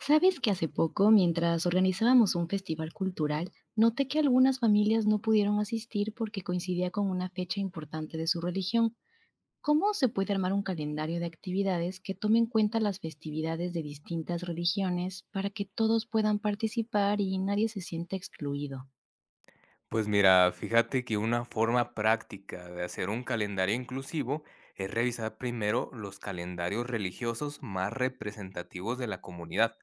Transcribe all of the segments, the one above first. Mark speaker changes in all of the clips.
Speaker 1: ¿Sabes que hace poco, mientras organizábamos un festival cultural, noté que algunas familias no pudieron asistir porque coincidía con una fecha importante de su religión? ¿Cómo se puede armar un calendario de actividades que tome en cuenta las festividades de distintas religiones para que todos puedan participar y nadie se sienta excluido?
Speaker 2: Pues mira, fíjate que una forma práctica de hacer un calendario inclusivo es revisar primero los calendarios religiosos más representativos de la comunidad,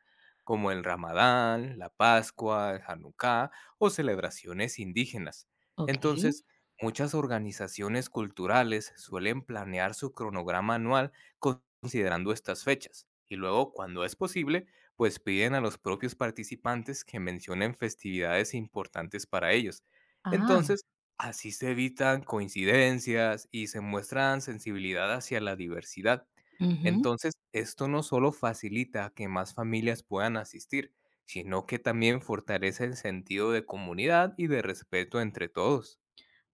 Speaker 2: como el Ramadán, la Pascua, el Hanukkah o celebraciones indígenas.
Speaker 1: Ok.
Speaker 2: Entonces, muchas organizaciones culturales suelen planear su cronograma anual considerando estas fechas y luego, cuando es posible, pues piden a los propios participantes que mencionen festividades importantes para ellos.
Speaker 1: Ah.
Speaker 2: Entonces, así se evitan coincidencias y se muestran sensibilidad hacia la diversidad.
Speaker 1: Ujú.
Speaker 2: Entonces, esto no solo facilita que más familias puedan asistir, sino que también fortalece el sentido de comunidad y de respeto entre todos.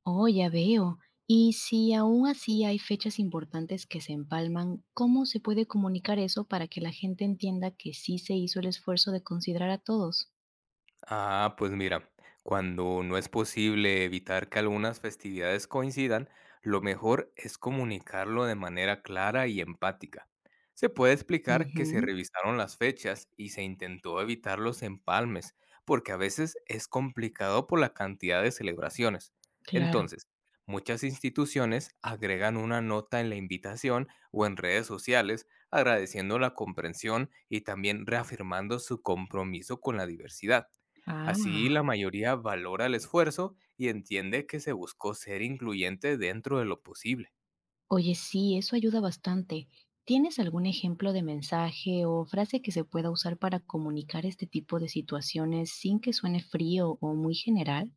Speaker 1: Oh, ya veo. Y si aún así hay fechas importantes que se empalman, ¿cómo se puede comunicar eso para que la gente entienda que sí se hizo el esfuerzo de considerar a todos?
Speaker 2: Ah, pues mira, cuando no es posible evitar que algunas festividades coincidan, lo mejor es comunicarlo de manera clara y empática. Se puede explicar que se
Speaker 1: Ujú.
Speaker 2: revisaron las fechas y se intentó evitar los empalmes, porque a veces es complicado por la cantidad de celebraciones.
Speaker 1: Claro.
Speaker 2: Entonces, muchas instituciones agregan una nota en la invitación o en redes sociales agradeciendo la comprensión y también reafirmando su compromiso con la diversidad. Así,
Speaker 1: Ah.
Speaker 2: la mayoría valora el esfuerzo y entiende que se buscó ser incluyente dentro de lo posible.
Speaker 1: Oye, sí, eso ayuda bastante. ¿Tienes algún ejemplo de mensaje o frase que se pueda usar para comunicar este tipo de situaciones sin que suene frío o muy general?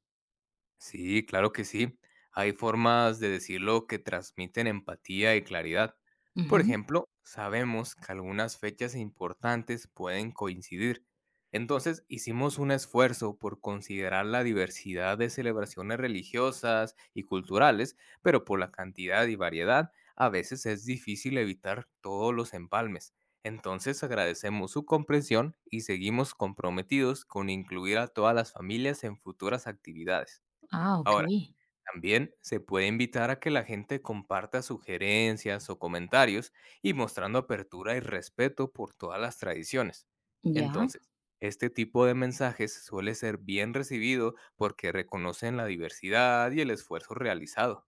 Speaker 2: Sí, claro que sí. Hay formas de decirlo que transmiten empatía y claridad. Por
Speaker 1: Ujú.
Speaker 2: ejemplo, sabemos que algunas fechas importantes pueden coincidir. Entonces, hicimos un esfuerzo por considerar la diversidad de celebraciones religiosas y culturales, pero por la cantidad y variedad, a veces es difícil evitar todos los empalmes. Entonces, agradecemos su comprensión y seguimos comprometidos con incluir a todas las familias en futuras actividades.
Speaker 1: Ah, ok.
Speaker 2: Ahora, también se puede invitar a que la gente comparta sugerencias o comentarios y mostrando apertura y respeto por todas las tradiciones.
Speaker 1: Ya.
Speaker 2: Entonces, este tipo de mensajes suele ser bien recibido porque reconocen la diversidad y el esfuerzo realizado.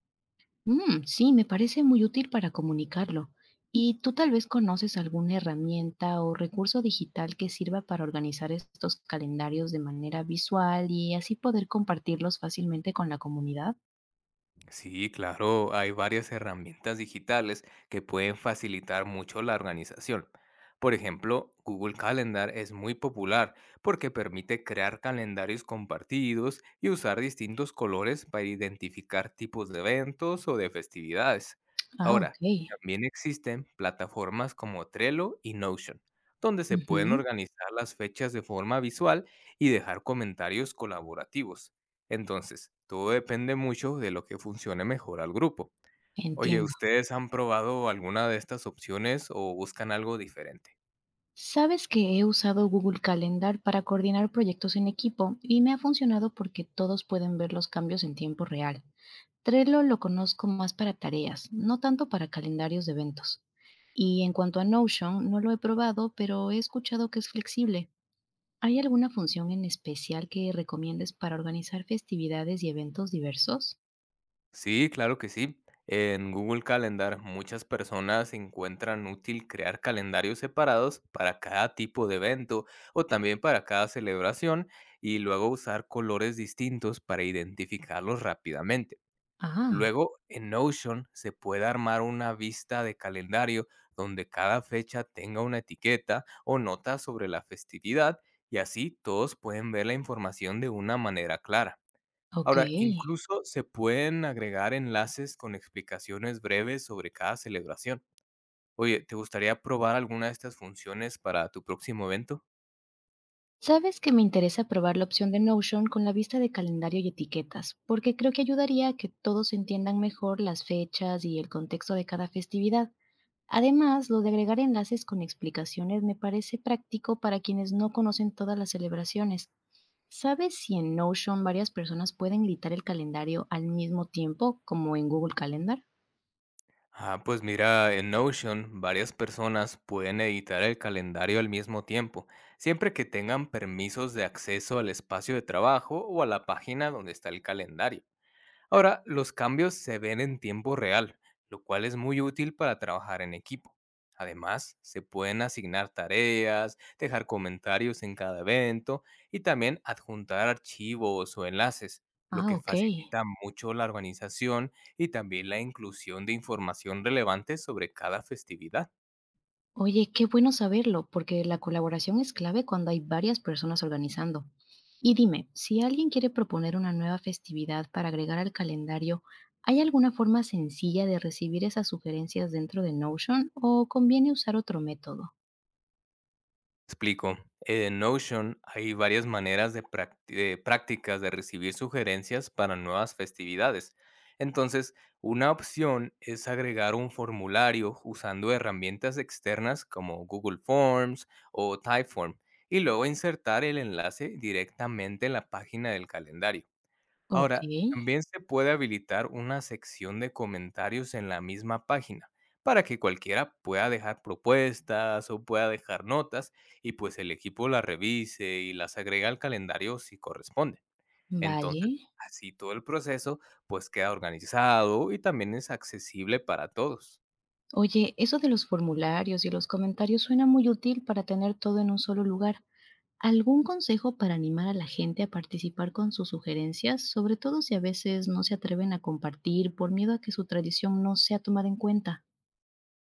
Speaker 1: Mm, sí, me parece muy útil para comunicarlo. ¿Y tú tal vez conoces alguna herramienta o recurso digital que sirva para organizar estos calendarios de manera visual y así poder compartirlos fácilmente con la comunidad?
Speaker 2: Sí, claro, hay varias herramientas digitales que pueden facilitar mucho la organización. Por ejemplo, Google Calendar es muy popular porque permite crear calendarios compartidos y usar distintos colores para identificar tipos de eventos o de festividades.
Speaker 1: Ah,
Speaker 2: Ahora,
Speaker 1: ok.
Speaker 2: también existen plataformas como Trello y Notion, donde se pueden
Speaker 1: Ujú.
Speaker 2: organizar las fechas de forma visual y dejar comentarios colaborativos. Entonces, todo depende mucho de lo que funcione mejor al grupo. Oye,
Speaker 1: Entiendo.
Speaker 2: ¿ustedes han probado alguna de estas opciones o buscan algo diferente?
Speaker 1: Sabes que he usado Google Calendar para coordinar proyectos en equipo y me ha funcionado porque todos pueden ver los cambios en tiempo real. Trello lo conozco más para tareas, no tanto para calendarios de eventos. Y en cuanto a Notion, no lo he probado, pero he escuchado que es flexible. ¿Hay alguna función en especial que recomiendes para organizar festividades y eventos diversos?
Speaker 2: Sí, claro que sí. En Google Calendar muchas personas encuentran útil crear calendarios separados para cada tipo de evento o también para cada celebración y luego usar colores distintos para identificarlos rápidamente.
Speaker 1: Ah,
Speaker 2: Luego, en Notion se puede armar una vista de calendario donde cada fecha tenga una etiqueta o nota sobre la festividad y así todos pueden ver la información de una manera clara.
Speaker 1: ok.
Speaker 2: Ahora, incluso se pueden agregar enlaces con explicaciones breves sobre cada celebración. Oye, ¿te gustaría probar alguna de estas funciones para tu próximo evento?
Speaker 1: Sabes que me interesa probar la opción de Notion con la vista de calendario y etiquetas, porque creo que ayudaría a que todos entiendan mejor las fechas y el contexto de cada festividad. Además, lo de agregar enlaces con explicaciones me parece práctico para quienes no conocen todas las celebraciones. ¿Sabes si en Notion varias personas pueden editar el calendario al mismo tiempo, como en Google Calendar?
Speaker 2: Ah, pues mira, en Notion varias personas pueden editar el calendario al mismo tiempo, siempre que tengan permisos de acceso al espacio de trabajo o a la página donde está el calendario. Ahora, los cambios se ven en tiempo real, lo cual es muy útil para trabajar en equipo. Además, se pueden asignar tareas, dejar comentarios en cada evento y también adjuntar archivos o enlaces, lo
Speaker 1: Ah,
Speaker 2: que
Speaker 1: ok.
Speaker 2: facilita mucho la organización y también la inclusión de información relevante sobre cada festividad.
Speaker 1: Oye, qué bueno saberlo, porque la colaboración es clave cuando hay varias personas organizando. Y dime, si alguien quiere proponer una nueva festividad para agregar al calendario, ¿hay alguna forma sencilla de recibir esas sugerencias dentro de Notion o conviene usar otro método?
Speaker 2: Explico. En Notion hay varias maneras de prácticas de recibir sugerencias para nuevas festividades. Entonces, una opción es agregar un formulario usando herramientas externas como Google Forms o Typeform y luego insertar el enlace directamente en la página del calendario. Ahora,
Speaker 1: Okey.
Speaker 2: también se puede habilitar una sección de comentarios en la misma página para que cualquiera pueda dejar propuestas o pueda dejar notas y pues el equipo las revise y las agrega al calendario si corresponde. Entonces,
Speaker 1: Vale.
Speaker 2: así todo el proceso pues queda organizado y también es accesible para todos.
Speaker 1: Oye, eso de los formularios y los comentarios suena muy útil para tener todo en un solo lugar. ¿Algún consejo para animar a la gente a participar con sus sugerencias, sobre todo si a veces no se atreven a compartir por miedo a que su tradición no sea tomada en cuenta?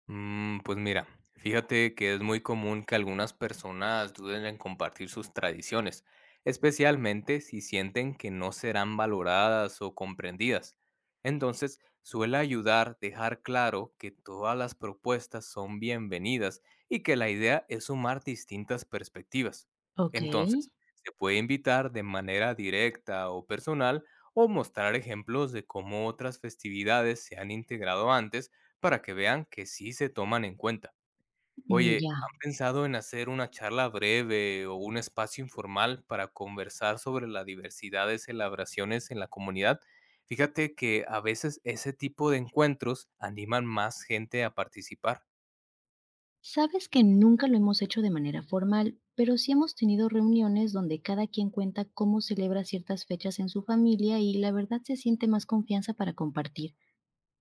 Speaker 2: Mm, pues mira, fíjate que es muy común que algunas personas duden en compartir sus tradiciones, especialmente si sienten que no serán valoradas o comprendidas. Entonces, suele ayudar dejar claro que todas las propuestas son bienvenidas y que la idea es sumar distintas perspectivas.
Speaker 1: Okey.
Speaker 2: Entonces, se puede invitar de manera directa o personal o mostrar ejemplos de cómo otras festividades se han integrado antes para que vean que sí se toman en cuenta.
Speaker 1: Mm,
Speaker 2: Oye,
Speaker 1: ya.
Speaker 2: ¿han pensado en hacer una charla breve o un espacio informal para conversar sobre la diversidad de celebraciones en la comunidad? Fíjate que a veces ese tipo de encuentros animan más gente a participar.
Speaker 1: Sabes que nunca lo hemos hecho de manera formal, pero sí hemos tenido reuniones donde cada quien cuenta cómo celebra ciertas fechas en su familia y la verdad se siente más confianza para compartir.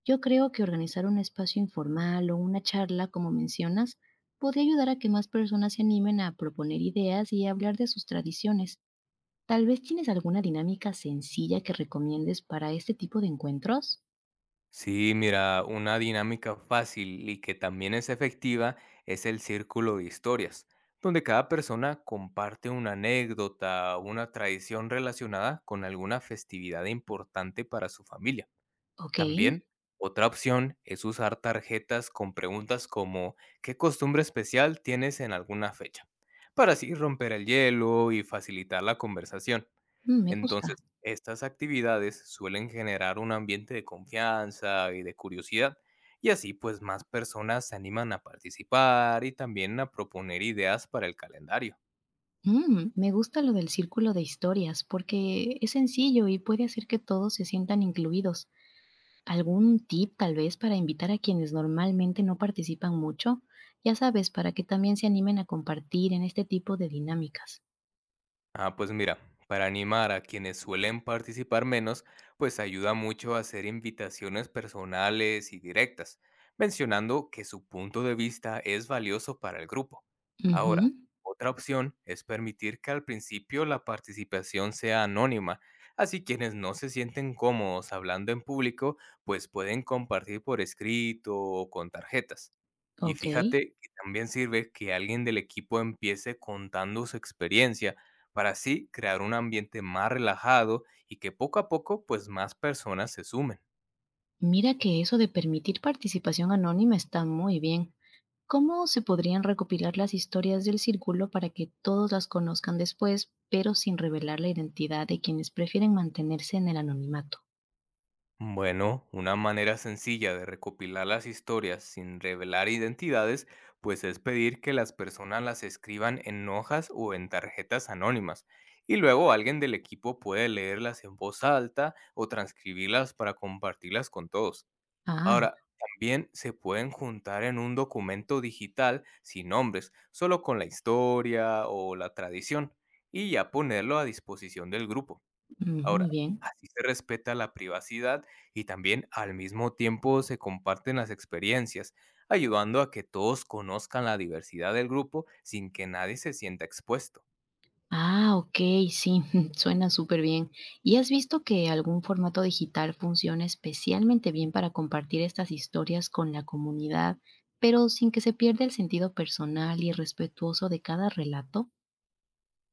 Speaker 1: Yo creo que organizar un espacio informal o una charla, como mencionas, podría ayudar a que más personas se animen a proponer ideas y a hablar de sus tradiciones. Tal vez tienes alguna dinámica sencilla que recomiendes para este tipo de encuentros.
Speaker 2: Sí, mira, una dinámica fácil y que también es efectiva es el círculo de historias, donde cada persona comparte una anécdota o una tradición relacionada con alguna festividad importante para su familia.
Speaker 1: Ok.
Speaker 2: También, otra opción es usar tarjetas con preguntas como ¿qué costumbre especial tienes en alguna fecha? Para así romper el hielo y facilitar la conversación.
Speaker 1: Mm, me
Speaker 2: Entonces,
Speaker 1: gusta.
Speaker 2: estas actividades suelen generar un ambiente de confianza y de curiosidad, y así pues más personas se animan a participar y también a proponer ideas para el calendario.
Speaker 1: Mm, me gusta lo del círculo de historias porque es sencillo y puede hacer que todos se sientan incluidos. ¿Algún tip tal vez para invitar a quienes normalmente no participan mucho? Ya sabes, para que también se animen a compartir en este tipo de dinámicas.
Speaker 2: Ah, pues mira, para animar a quienes suelen participar menos, pues ayuda mucho a hacer invitaciones personales y directas, mencionando que su punto de vista es valioso para el grupo. Ahora,
Speaker 1: Ujú.
Speaker 2: otra opción es permitir que al principio la participación sea anónima, así quienes no se sienten cómodos hablando en público, pues pueden compartir por escrito o con tarjetas. Y
Speaker 1: Ok.
Speaker 2: fíjate que también sirve que alguien del equipo empiece contando su experiencia para así crear un ambiente más relajado y que poco a poco pues más personas se sumen.
Speaker 1: Mira que eso de permitir participación anónima está muy bien. ¿Cómo se podrían recopilar las historias del círculo para que todos las conozcan después, pero sin revelar la identidad de quienes prefieren mantenerse en el anonimato?
Speaker 2: Bueno, una manera sencilla de recopilar las historias sin revelar identidades pues es pedir que las personas las escriban en hojas o en tarjetas anónimas y luego alguien del equipo puede leerlas en voz alta o transcribirlas para compartirlas con todos.
Speaker 1: Ah.
Speaker 2: Ahora, también se pueden juntar en un documento digital sin nombres, solo con la historia o la tradición, y ya ponerlo a disposición del grupo.
Speaker 1: Mm,
Speaker 2: Ahora,
Speaker 1: muy bien.
Speaker 2: así se respeta la privacidad y también al mismo tiempo se comparten las experiencias, ayudando a que todos conozcan la diversidad del grupo sin que nadie se sienta expuesto.
Speaker 1: Ah, ok, sí, suena súper bien. ¿Y has visto que algún formato digital funciona especialmente bien para compartir estas historias con la comunidad, pero sin que se pierda el sentido personal y respetuoso de cada relato?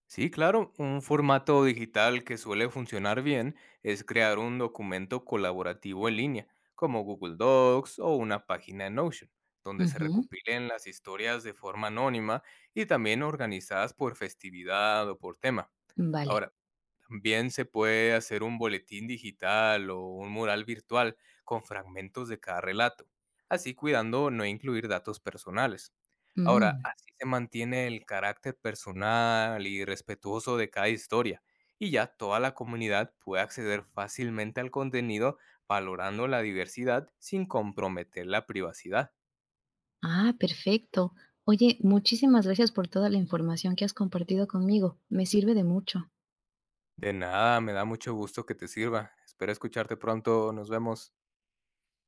Speaker 2: Sí, claro, un formato digital que suele funcionar bien es crear un documento colaborativo en línea, como Google Docs o una página en Notion, donde se
Speaker 1: Ujú.
Speaker 2: recopilen las historias de forma anónima y también organizadas por festividad o por tema.
Speaker 1: Vale.
Speaker 2: Ahora, Bien se puede hacer un boletín digital o un mural virtual con fragmentos de cada relato, así cuidando no incluir datos personales. Ahora,
Speaker 1: Mm.
Speaker 2: así se mantiene el carácter personal y respetuoso de cada historia, y ya toda la comunidad puede acceder fácilmente al contenido valorando la diversidad sin comprometer la privacidad.
Speaker 1: Ah, perfecto. Oye, muchísimas gracias por toda la información que has compartido conmigo. Me sirve de mucho.
Speaker 2: De nada, me da mucho gusto que te sirva. Espero escucharte pronto. Nos vemos.